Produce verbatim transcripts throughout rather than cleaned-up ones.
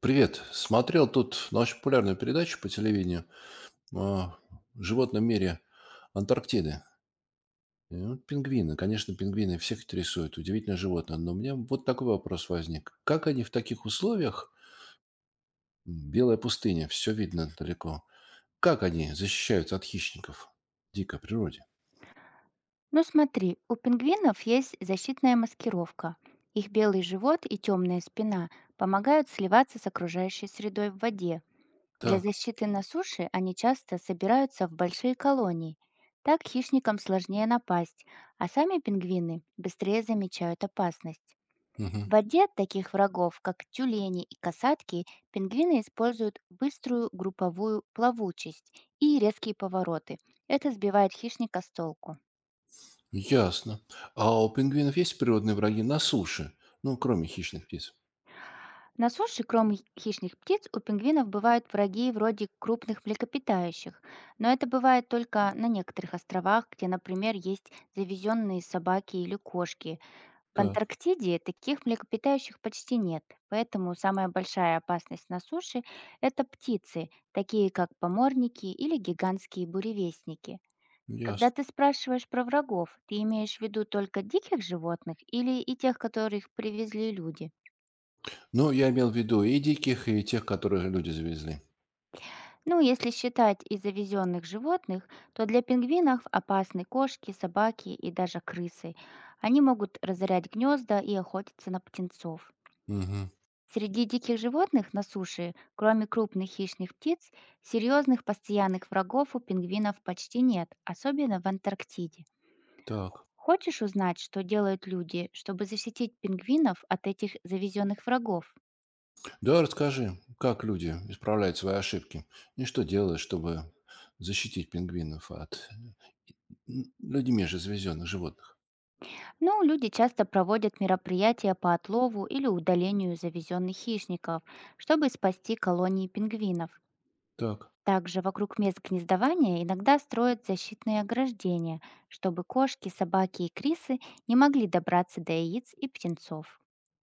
Привет. Смотрел тут на популярную передачу по телевидению о животном мире Антарктиды. И вот пингвины. Конечно, пингвины всех интересуют. Удивительное животное. Но у меня вот такой вопрос возник. Как они в таких условиях, м, белая пустыня, все видно далеко, как они защищаются от хищников в дикой природе? Ну смотри, у пингвинов есть защитная маскировка. Их белый живот и темная спина помогают сливаться с окружающей средой в воде. Для Так, защиты на суше они часто собираются в большие колонии. Так хищникам сложнее напасть, а сами пингвины быстрее замечают опасность. мгм, В воде таких врагов, как тюлени и касатки, пингвины используют быструю групповую плавучесть и резкие повороты. Это сбивает хищника с толку. ясно. А у пингвинов есть природные враги на суше? Ну, кроме хищных птиц. На суше, кроме хи- хищных птиц, у пингвинов бывают враги вроде крупных млекопитающих, но это бывает только на некоторых островах, где, например, есть завезенные собаки или кошки. В Так, Антарктиде таких млекопитающих почти нет, поэтому самая большая опасность на суше – это птицы, такие как поморники или гигантские буревестники. Когда ясно. ты спрашиваешь про врагов, ты имеешь в виду только диких животных или и тех, которых привезли люди? Ну, я имел в виду и диких, и тех, которых люди завезли. Ну, если считать и завезенных животных, то для пингвинов опасны кошки, собаки и даже крысы. Они могут разорять гнезда и охотиться на птенцов. Угу, Среди диких животных на суше, кроме крупных хищных птиц, серьезных постоянных врагов у пингвинов почти нет, особенно в Антарктиде. так. Хочешь узнать, что делают люди, чтобы защитить пингвинов от этих завезенных врагов? Да, расскажи, как люди исправляют свои ошибки и что делают, чтобы защитить пингвинов от м, людьми же завезенных животных. Ну, люди часто проводят мероприятия по отлову или удалению завезенных хищников, чтобы спасти колонии пингвинов. Так. Также вокруг мест гнездования иногда строят защитные ограждения, чтобы кошки, собаки и крисы не могли добраться до яиц и птенцов.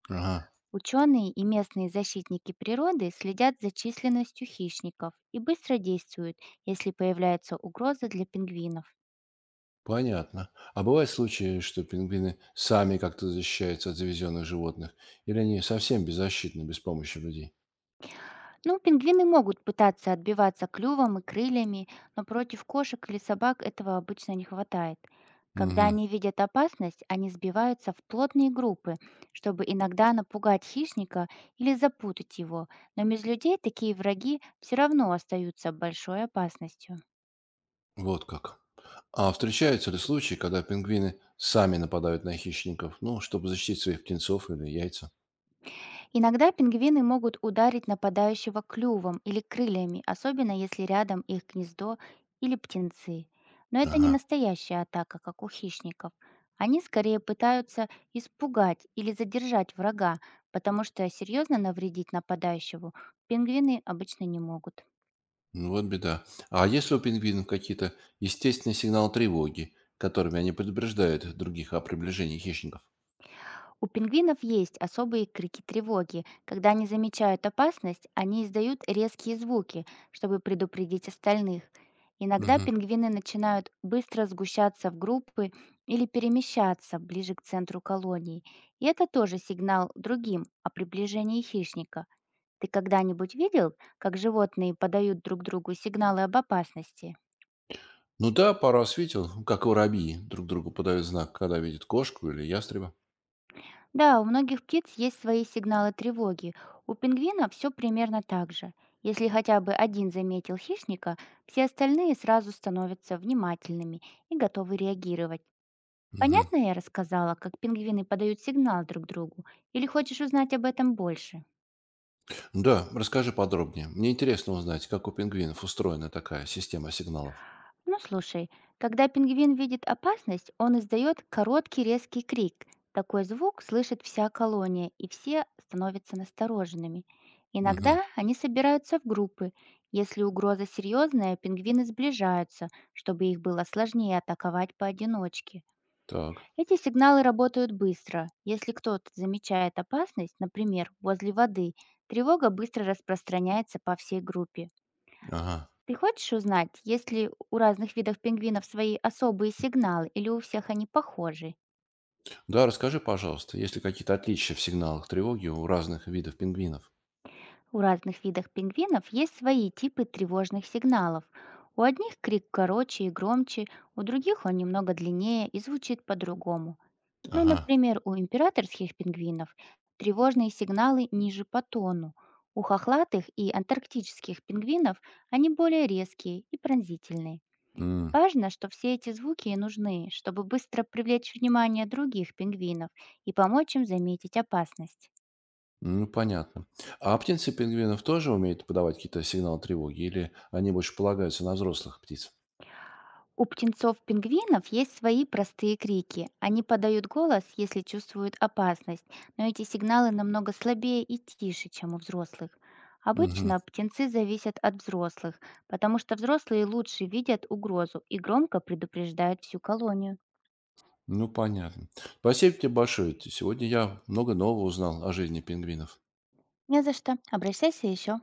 Ага. Ученые и местные защитники природы следят за численностью хищников и быстро действуют, если появляется угроза для пингвинов. Понятно. А бывают случаи, что пингвины сами как-то защищаются от завезенных животных, или они совсем беззащитны без помощи людей? Ну, пингвины могут пытаться отбиваться клювом и крыльями, но против кошек или собак этого обычно не хватает. Когда Угу. они видят опасность, они сбиваются в плотные группы, чтобы иногда напугать хищника или запутать его. Но без людей такие враги все равно остаются большой опасностью. Вот как. А встречаются ли случаи, когда пингвины сами нападают на хищников, ну, чтобы защитить своих птенцов или яйца? Иногда пингвины могут ударить нападающего клювом или крыльями, особенно если рядом их гнездо или птенцы. Но это не Ага, настоящая атака, как у хищников. Они скорее пытаются испугать или задержать врага, потому что серьезно навредить нападающему пингвины обычно не могут. ну вот беда. А есть ли у пингвинов какие-то естественные сигналы тревоги, которыми они предупреждают других о приближении хищников? У пингвинов есть особые крики тревоги. Когда они замечают опасность, они издают резкие звуки, чтобы предупредить остальных. Иногда Мгм. пингвины начинают быстро сгущаться в группы или перемещаться ближе к центру колонии. И это тоже сигнал другим о приближении хищника. Ты когда-нибудь видел, как животные подают друг другу сигналы об опасности? Ну да, пару раз видел, как воробьи друг другу подают знак, когда видят кошку или ястреба. Да, у многих птиц есть свои сигналы тревоги. У пингвина все примерно так же. Если хотя бы один заметил хищника, все остальные сразу становятся внимательными и готовы реагировать. Мгм. Понятно я рассказала, как пингвины подают сигнал друг другу? Или хочешь узнать об этом больше? Да, расскажи подробнее. Мне интересно узнать, как у пингвинов устроена такая система сигналов. Ну слушай, когда пингвин видит опасность, он издает короткий резкий крик. Такой звук слышит вся колония, и все становятся настороженными. Мгм. Иногда они собираются в группы. Если угроза серьезная, пингвины сближаются, чтобы их было сложнее атаковать поодиночке. Так. Эти сигналы работают быстро. Если кто-то замечает опасность, например, возле воды, тревога быстро распространяется по всей группе. Ага. Ты хочешь узнать, есть ли у разных видов пингвинов свои особые сигналы или у всех они похожи? Да, расскажи, пожалуйста, есть ли какие-то отличия в сигналах тревоги у разных видов пингвинов? У разных видов пингвинов есть свои типы тревожных сигналов. У одних крик короче и громче, у других он немного длиннее и звучит по-другому. Ну, Ага. например, у императорских пингвинов тревожные сигналы ниже по тону. У хохлатых и антарктических пингвинов они более резкие и пронзительные. М, Важно, что все эти звуки и нужны, чтобы быстро привлечь внимание других пингвинов и помочь им заметить опасность. ну, понятно. А птицы пингвинов тоже умеют подавать какие-то сигналы тревоги, или они больше полагаются на взрослых птиц? У птенцов-пингвинов есть свои простые крики. Они подают голос, если чувствуют опасность, но эти сигналы намного слабее и тише, чем у взрослых. Мгм. Обычно птенцы зависят от взрослых, потому что взрослые лучше видят угрозу и громко предупреждают всю колонию. Ну, понятно. Спасибо тебе большое. Ты- Сегодня я много нового узнал о жизни пингвинов. Не за что. Обращайся еще.